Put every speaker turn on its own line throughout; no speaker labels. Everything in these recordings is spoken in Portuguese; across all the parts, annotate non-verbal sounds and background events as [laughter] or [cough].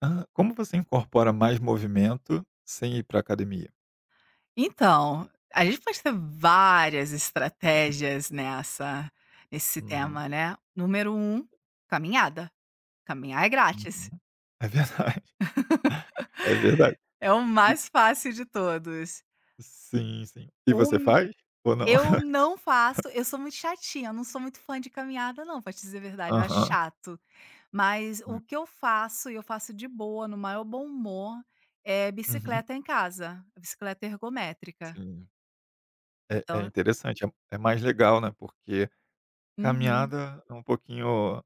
Ah, como você incorpora mais movimento sem ir para academia?
Então, a gente pode ter várias estratégias nessa nesse
Uhum,
tema, né. Número um, caminhada. Caminhar é
uhum.
grátis,
É verdade, [laughs] é verdade.
é o mais fácil de todos.
E sim, sim. E
O
você faz ou não?
Eu
[laughs]
não faço, eu sou muito chatinha, eu não sou muito fã de caminhada não, pra te dizer a verdade, eu acho
Aham.
chato. Mas o
Hum,
que eu faço, e eu faço de boa, no maior bom humor, é
uhum,
bicicleta em casa, bicicleta ergométrica.
sim. É
Então.
interessante, é mais legal, né, porque
Uhum.
caminhada é um pouquinho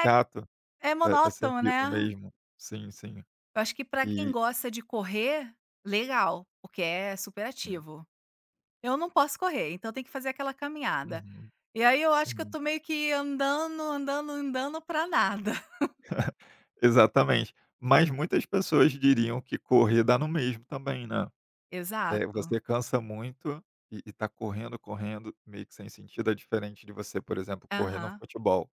É, é
é
monótono,
sempre
né.
o mesmo. Sim, sim.
Eu acho que pra quem
E
gosta de correr, legal, porque é super
sim.
ativo. Eu não posso correr, então tem que fazer aquela caminhada.
Uhum,
E aí eu acho que eu
sim.
tô meio que andando, andando, andando pra nada. [laughs]
Exatamente. Mas muitas pessoas diriam que correr dá no mesmo também, né? É,
Exato.
você cansa muito e tá correndo, correndo, meio que sem sentido, é diferente de você, por exemplo, correr no
Aham.
futebol,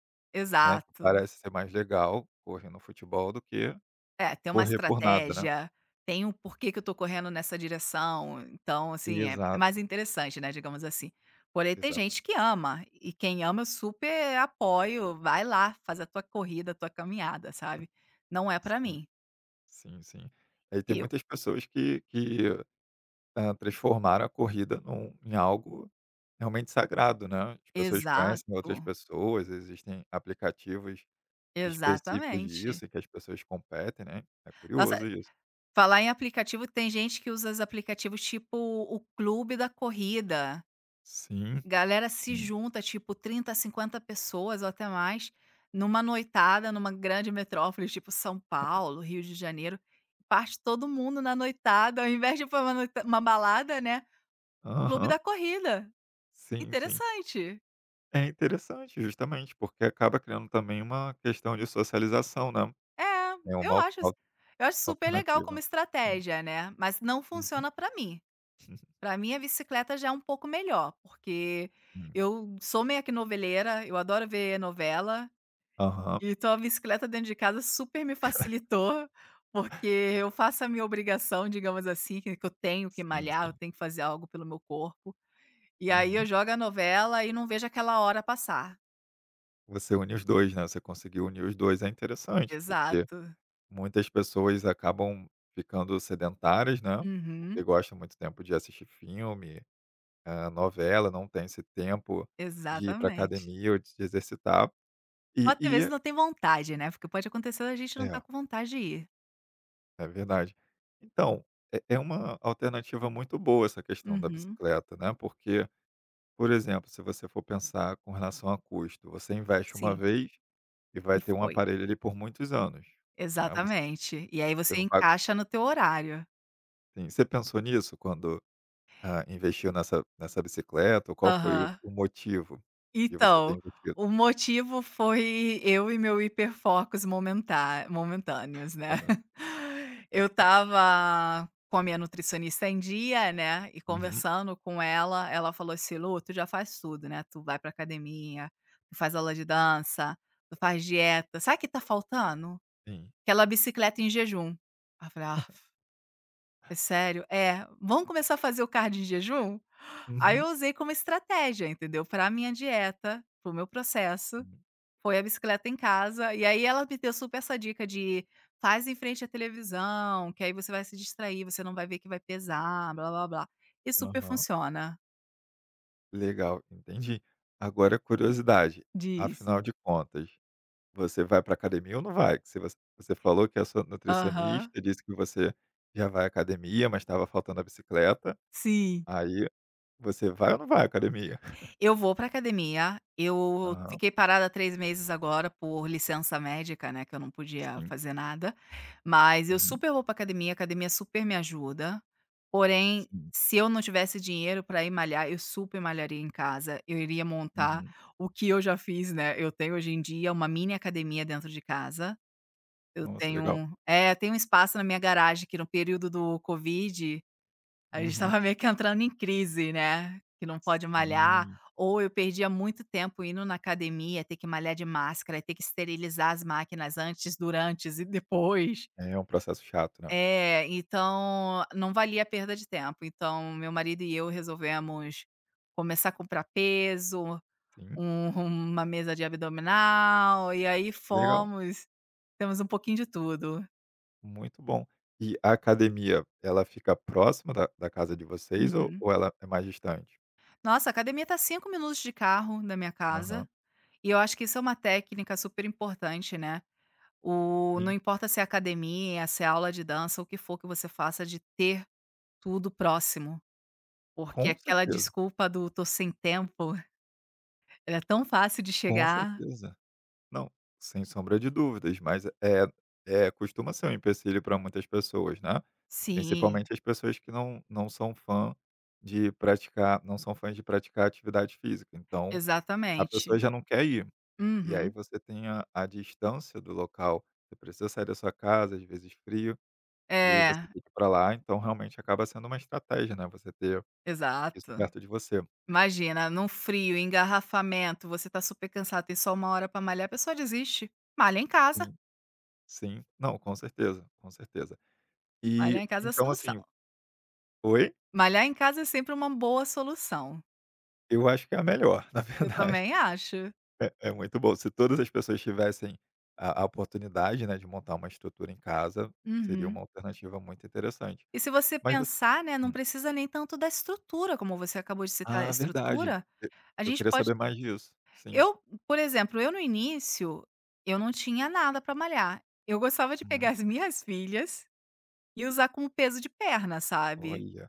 né, que
Exato.
parece ser mais legal correr no futebol do que
É, tem uma
correr por nada, né.
estratégia, tem um porquê que eu tô correndo nessa direção. Então, assim, é mais
Exato,
interessante, né, digamos assim. Porém, tem
exato.
gente que ama, e quem ama eu super apoio, vai lá, faz a tua corrida, a tua caminhada, sabe. Não é pra
Sim,
mim.
sim, sim. Aí tem muitas pessoas que transformaram a corrida num em algo realmente sagrado, né. As pessoas conhecem outras
Exato,
pessoas, existem aplicativos específicos
exatamente.
disso, em que as pessoas competem, né. É
Nossa,
curioso isso.
falar em aplicativo, tem gente que usa os aplicativos tipo o clube da corrida.
Sim.
Galera se junta, tipo 30, 50 pessoas ou até mais, numa noitada, numa grande metrópole, tipo São Paulo, Rio de Janeiro. Parte todo mundo na noitada, ao invés de for uma noita uma balada, né, clube
Aham.
da corrida.
Sim, sim.
Interessante.
É interessante, justamente, porque acaba criando também uma questão de socialização, né.
É,
É uma
eu
al
acho
al
eu acho super legal como
alternativa. Sim.
estratégia, né, mas não funciona pra mim. Pra mim, a bicicleta já é um pouco melhor, porque
Uhum.
eu sou meio que noveleira, eu adoro ver novela,
Aham.
então a bicicleta dentro de casa super me facilitou, porque eu faço a minha obrigação, digamos assim, que eu tenho que
Sim,
malhar, eu
sim.
tenho que fazer algo pelo meu corpo. E aí eu
Uhum.
jogo a novela e não vejo aquela hora passar.
Você une os dois, né? Você conseguiu unir os dois. É interessante, porque
Exato.
muitas pessoas acabam ficando sedentárias, né, porque
Uhum,
gosta muito tempo de assistir filme, novela, não tem esse tempo de ir para
exatamente.
academia ou de se exercitar.
Ou
E
até mesmo
e
não tem vontade, né, porque pode acontecer da gente não tá
é
com vontade de ir.
É verdade. Então, é uma alternativa muito boa essa questão da
Uhum,
bicicleta, né, porque, por exemplo, se você for pensar com relação a custo, você investe uma
sim,
vez e vai
e
ter um
foi.
aparelho ali por muitos anos, né, você
Exatamente. E aí
você
você
não paga.
encaixa no teu horário.
Sim, você pensou nisso quando, investiu nessa bicicleta? Ou qual foi o
Aham.
o motivo de você ter
Então,
investido?
o motivo foi eu e meu hiperfocos momentá momentâneos, né.
Correto.
[laughs] Eu estava com a minha nutricionista em dia, né, e
Uhum,
conversando com ela, ela falou assim: "Lu, tu já faz tudo, né, tu vai pra academia, tu faz aula de dança, tu faz dieta, sabe o que tá faltando?
sim.
Aquela bicicleta em jejum". Aí eu falei: "Ah". É sério? É. Vamos começar a fazer o cardio em jejum? Aí eu
Uhum,
usei como estratégia, entendeu, para minha dieta, para o meu processo,
sim.
foi a bicicleta em casa, e aí ela me deu super essa dica de: "Faz em frente à televisão, que aí você vai se distrair, você não vai ver que vai pesar, blá-blá-blá". E super
Aham.
funciona.
Legal, entendi. Agora curiosidade,
Diz.
afinal de contas. Você vai para academia ou não vai? Que se você falou que a sua
Aham.
nutricionista disse que você já vai à academia, mas estava faltando a bicicleta,
Sim.
aí você vai ou não vai à academia? [laughs]
Eu vou pra academia, eu
Aham,
fiquei parada 3 meses agora por licença médica, né, que eu não podia
sim.
fazer nada, mas eu
Uhum,
super vou pra academia, a academia super me ajuda, porém,
sim.
se eu não tivesse dinheiro pra ir malhar, eu super malharia em casa, eu iria montar
Uhum.
o que eu já fiz, né, eu tenho hoje em dia uma mini academia dentro de casa, eu
Nossa, legal.
tenho é, eu tenho um espaço na minha garagem que no período do covid a gente
Uhum.
estava meio que entrando em crise, né, que não pode malhar,
Sim.
ou eu perdia muito tempo indo na academia, ter que malhar de máscara, ter que esterilizar as máquinas antes, durante e depois.
É um processo chato, né.
É, então não valia a perda de tempo. Então meu marido e eu resolvemos começar a comprar peso,
Sim,
um [laughs] uma mesa de abdominal, e aí
legal,
fomos, temos um pouquinho de tudo.
muito bom. E a academia, ela fica próxima da casa de vocês ou
Uhum.
ou ela é mais distante?
Nossa, a academia tá 5 minutos de carro da minha casa.
Aham.
E eu acho que isso é uma técnica super importante, né. O Não
Sim,
importa se é academia, se é aula de dança, o que for que você faça, de ter tudo próximo, porque
com
aquela
certeza,
desculpa do "tô sem tempo", ela é tão fácil de
com
chegar.
certeza. Não, sem sombra de dúvidas, mas é costuma ser um empecilho para muitas pessoas, né,
Sim,
principalmente as pessoas que não não são fã de praticar não são fãs de praticar atividade física, então a pessoa
exatamente.
já não quer ir, e aí
Uhum.
você tem a distância do local, você precisa sair da sua casa, às vezes frio, e aí você
É,
tem que ir para lá, então realmente acaba sendo uma estratégia, né, você ter isso
exato.
perto de você.
Imagina, num frio, engarrafamento, você tá super cansado, tem só uma hora pra malhar, a pessoa desiste. Malha em casa,
Sim, sim. Não, com certeza, com certeza. E,
malhar em casa é a
então
solução.
assim, oi?
Malhar em casa é sempre uma boa solução.
Eu acho que é a melhor, [laughs] na
Eu
verdade.
também acho.
É muito bom. Se todas as pessoas tivessem a oportunidade, né, de montar uma estrutura em casa, seria
Uhum.
uma alternativa muito interessante.
E se você
Mas você
pensar, né, não
hum.
precisa nem tanto da estrutura, como você acabou de citar a
Ah, verdade.
estrutura,
E
a
eu
gente
queria
pode
saber mais disso. Sim.
eu, por exemplo, eu no início, eu não tinha nada para malhar. Eu gostava de pegar
Uhum.
as [laughs] minhas filhas e usar como peso de perna, sabe.
Olha.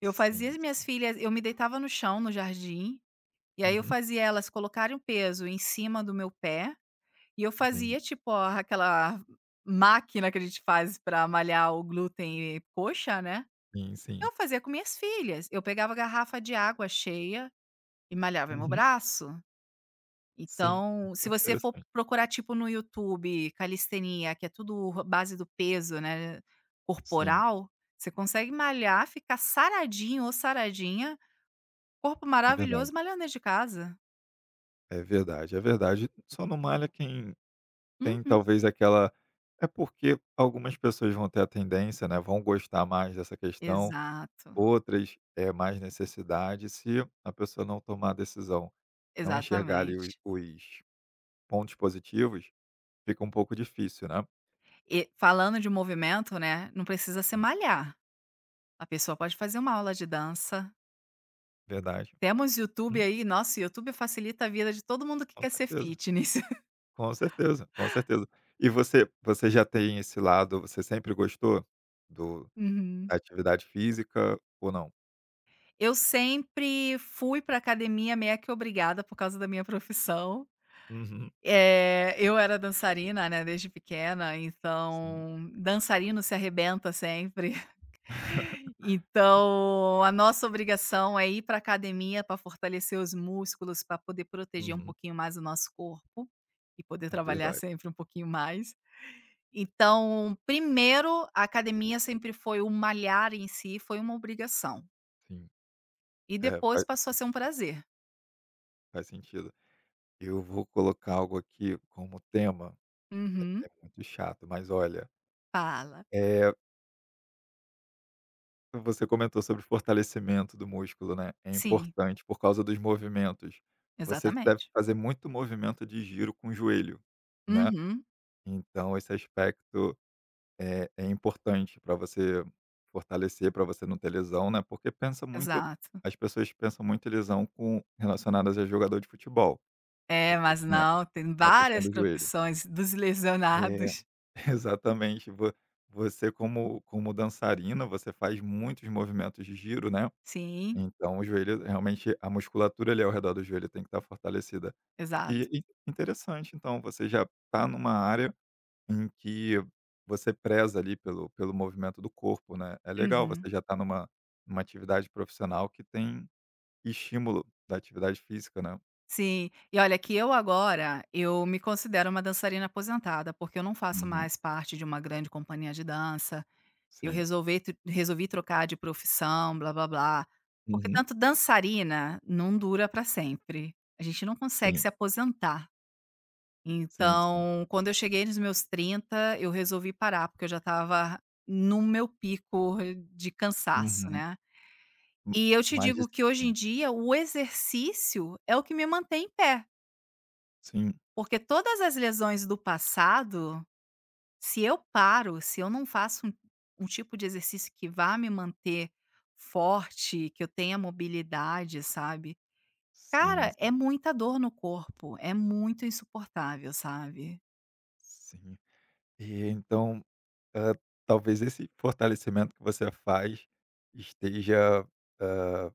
Eu fazia
Sim,
as minhas
sim.
filhas eu me deitava no chão, no jardim, e aí eu
Uhum.
fazia elas colocarem o peso em cima do meu pé, e eu
Entendi.
fazia tipo aquela máquina que a gente faz para malhar o glúten e coxa, né.
Sim, sim.
Eu fazia com minhas filhas, eu pegava a garrafa de água cheia e malhava meu
Uhum.
braço.
Sim.
Então, se
Muito
você for
interessante.
procurar, tipo, no YouTube, calistenia, que é tudo a base do peso, né,
Sim,
corporal, você consegue malhar, ficar saradinho ou saradinha, corpo
é verdade.
maravilhoso, malhando dentro de casa.
É verdade, é verdade. Só não malha quem. Tem
Uhum.
talvez aquela. É porque algumas pessoas vão ter a tendência, né, vão gostar mais dessa questão,
Exato,
outras é mais necessidade, se a pessoa não tomar a decisão, não enxergar ali os
exatamente.
os pontos positivos, fica um pouco difícil, né.
E falando de movimento, né, não precisa ser malhar, a pessoa pode fazer uma aula de dança.
Verdade.
Temos YouTube
Hum,
aí, nossa, o YouTube facilita a vida de todo mundo que
com
quer ser
certeza,
fitness. [laughs]
com certeza, com certeza. E você já tem esse lado. Você sempre gostou do
Uhum.
da atividade física ou não?
Eu sempre fui pra academia meio que obrigada por causa da minha profissão.
Uhum,
Eu era dançarina, né, desde pequena,
sim.
então dançarino se arrebenta sempre. [laughs]
[laughs] Sim.
Então, a nossa obrigação é ir para academia para fortalecer os músculos, para poder proteger um
Uhum.
pouquinho mais o nosso corpo e poder
É
trabalhar
verdade,
sempre um pouquinho mais. Então, primeiro, a academia sempre foi o malhar em si foi uma obrigação,
sim.
e
É,
depois
faz
passou a
faz
ser um
sentido,
prazer.
faz sentido. Eu vou colocar algo aqui como tema, é
Uhum.
muito chato, mas olha,
Fala.
é você comentou sobre o fortalecimento do músculo, né, é
Sim,
importante por causa dos movimentos. Você deve
exatamente.
fazer muito movimento de giro com o joelho, né,
Uhum,
então esse aspecto é importante para você fortalecer, para você não ter lesão, né, porque pensa muito
exato.
as pessoas pensam muito em lesão com relacionadas a jogador de futebol,
É,
porque
mas
tinha a
não, tem
a questão
várias
do joelho.
profissões dos
É.
lesionados.
Exatamente. Vo Você como dançarina, você faz muitos movimentos de giro, né,
Sim,
então o joelho realmente a musculatura ali ao redor do joelho tem que estar fortalecida.
exato.
E interessante então, você já está numa área em que você preza ali pelo movimento do corpo, né, é legal,
Uhum.
você já está numa atividade profissional que tem estímulo da atividade física, né.
Sim. E olha que eu agora, eu me considero uma dançarina aposentada, porque eu não faço
Uhum,
mais parte de uma grande companhia de dança. Eu
sim.
resolvi, tr resolvi trocar de profissão, blá-blá-blá, porque
Uhum,
tanto dançarina não dura para sempre, a gente não consegue
sim,
se aposentar.
sim, sim.
Então, quando eu cheguei nos meus 30, eu resolvi parar, porque eu já estava no meu pico de cansaço,
Uhum.
né.
M
E eu te
mais
digo que hoje em
disciplina.
dia o exercício é o que me mantém em pé,
Sim.
porque todas as lesões do passado. Se eu paro, se eu não faço um tipo de exercício que vá me manter forte, que eu tenha mobilidade, sabe.
Sim,
Cara, é muita dor no corpo, é muito insuportável, sabe.
sim. E então, hã, talvez esse fortalecimento que você faz esteja, hã,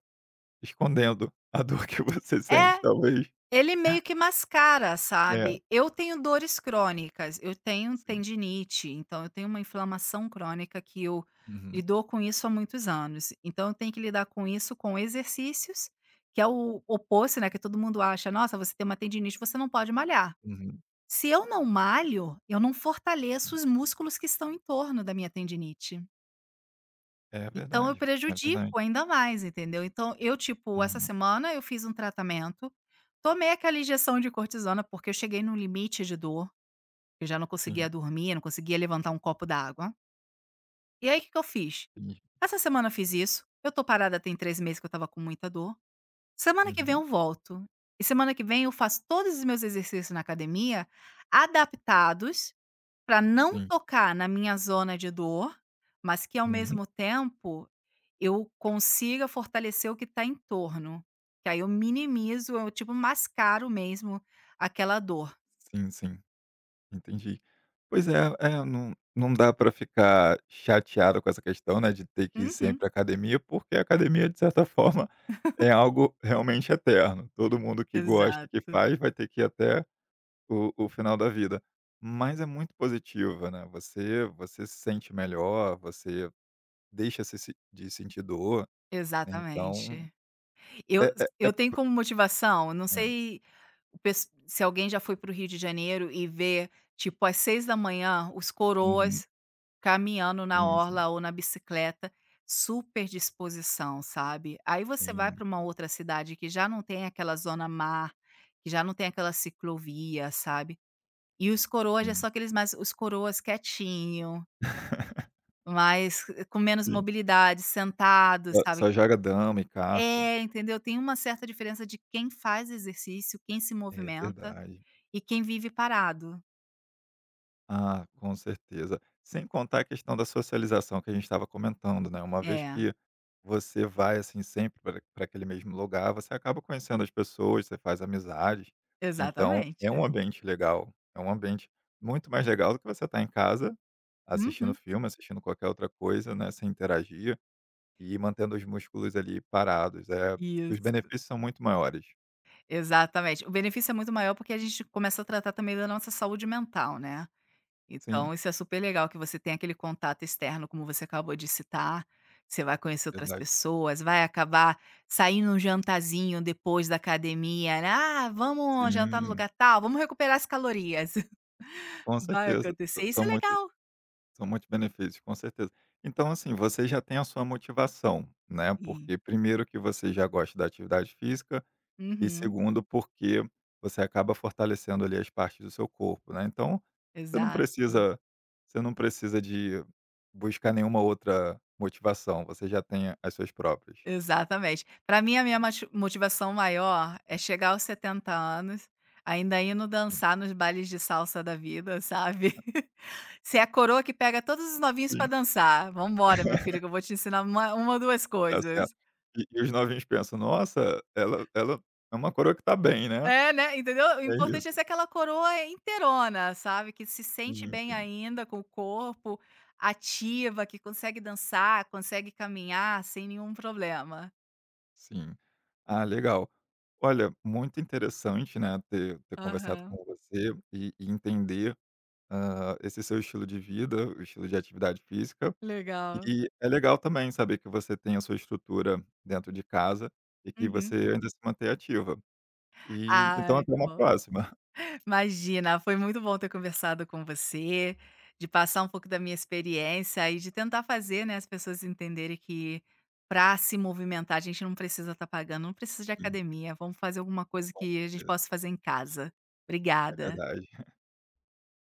escondendo a dor [laughs] que você
É.
sente, talvez.
Ele meio que mascara,
É,
sabe. Eu tenho dores crônicas, eu tenho
sim.
tendinite, então eu tenho uma inflamação crônica que eu
Uhum,
lido com isso há muitos anos. Então eu tenho que lidar com isso com exercícios, que é o oposto, né, que todo mundo acha: "Nossa, você tem uma tendinite, você não pode malhar".
uhum.
Se eu não malho, eu não fortaleço os músculos que estão em torno da minha tendinite.
É
Então eu
verdade, é verdade.
prejudico ainda mais, entendeu. Então eu, tipo, essa
Uhum.
semana eu fiz um tratamento, tomei aquela injeção de cortisona, porque eu cheguei no limite de dor, eu já não
Sim,
conseguia dormir, não conseguia levantar um copo d'água. E aí o que que eu fiz?
entendi.
Essa semana eu fiz isso, eu tô parada tem 3 meses que eu estava com muita dor, semana que vem
Uhum.
eu volto, e semana que vem eu faço todos os meus exercícios na academia, adaptados para não
Sim.
tocar na minha zona de dor, mas que ao
Uhum.
mesmo tempo eu consiga fortalecer o que está em torno, que aí eu minimizo, eu tipo mascaro mesmo aquela dor.
Sim, sim. Entendi. Pois é, não dá para ficar chateado com essa questão, né, de ter que ir
Uhum,
sempre à academia, porque a academia, de certa [laughs] forma, é algo realmente eterno. Todo mundo que gosta, que
exato,
faz, vai ter que ir até o final da vida. Mas é muito positiva, né, você se sente melhor, você deixa se de sentir dor, né, então
exatamente. Eu
é é
eu
é
tenho como motivação, não sei o pes se alguém já foi para o Rio de Janeiro e vê, tipo, às 6 da manhã os
uhum,
coroas caminhando na
sim, sim,
orla ou na bicicleta, super disposição, sabe. Aí você vai
sim,
para uma outra cidade que já não tem aquela zona mar, que já não tem aquela ciclovia, sabe. E os coroas é
sim.
só aqueles mais os coroas quietinho,
[laughs]
mais com menos
Sim.
mobilidade, sentados,
Só
sabe.
só joga dama e carta.
É, entendeu. Tem uma certa diferença de quem faz exercício, quem se
É
movimenta
verdade.
e quem vive parado.
Ah, com certeza. Sem contar a questão da socialização que a gente estava comentando, né? Uma vez
É,
que você vai assim sempre para aquele mesmo lugar, você acaba conhecendo as pessoas, você faz amizades. Então, é
exatamente.
um ambiente legal, é um ambiente muito mais legal do que você estar em casa assistindo
Uhum,
filme, assistindo qualquer outra coisa, né, sem interagir e mantendo os músculos ali parados. É, os
isso.
benefícios são muito maiores.
Exatamente. O benefício é muito maior porque a gente começa a tratar também da nossa saúde mental, né. Então
Sim,
isso é super legal que você tem aquele contato externo, como você acabou de citar, você vai conhecer outras
verdade.
pessoas, vai acabar saindo um jantarzinho depois da academia, né, "Ah, vamos jantar no
Sim,
lugar tal, vamos recuperar as calorias". [laughs]
com
Vai
certeza.
acontecer, isso é legal.
São muitos benefícios, com certeza. Então, assim, você já tem a sua motivação, né?
Sim.
Porque primeiro que você já gosta da atividade física e
Uhum.
segundo porque você acaba fortalecendo ali as partes do seu corpo, né? Então, você não
Exato.
precisa você não precisa de buscar nenhuma outra motivação, você já tem as suas próprias.
Exatamente. Para mim, a minha mati motivação maior é chegar aos 70 anos, ainda indo
Sim,
dançar nos bailes de salsa da vida, sabe. [laughs] Ser a coroa que pega todos os novinhos para
sim,
dançar. "Vamos embora, meu filho, que eu vou te ensinar uma ou 2
tá
coisas".
certo. E os novinhos pensam: "Nossa, ela é uma coroa que tá bem, né?"
É, né, entendeu. O
É
importante
isso.
é ser aquela coroa inteirona, sabe, que se sente
Sim,
bem
sim.
ainda com o corpo, ativa, que consegue dançar, consegue caminhar sem nenhum problema.
Sim. Ah, legal. Olha, muito interessante, né, ter conversado com
Aham,
você e entender, esse seu estilo de vida, o estilo de atividade física.
legal.
E é legal também saber que você tem a sua estrutura dentro de casa e que você
Uhum.
ainda se mantém ativa. E então
Ai,
até
que
uma
bom.
próxima.
Imagina, foi muito bom ter conversado com você, de passar um pouco da minha experiência e de tentar fazer, né, as pessoas entenderem que para se movimentar a gente não precisa estar pagando, não precisa de
[laughs] Sim,
academia, vamos fazer alguma coisa
com
que a gente
certeza,
possa fazer em casa.
é
Obrigada.
verdade.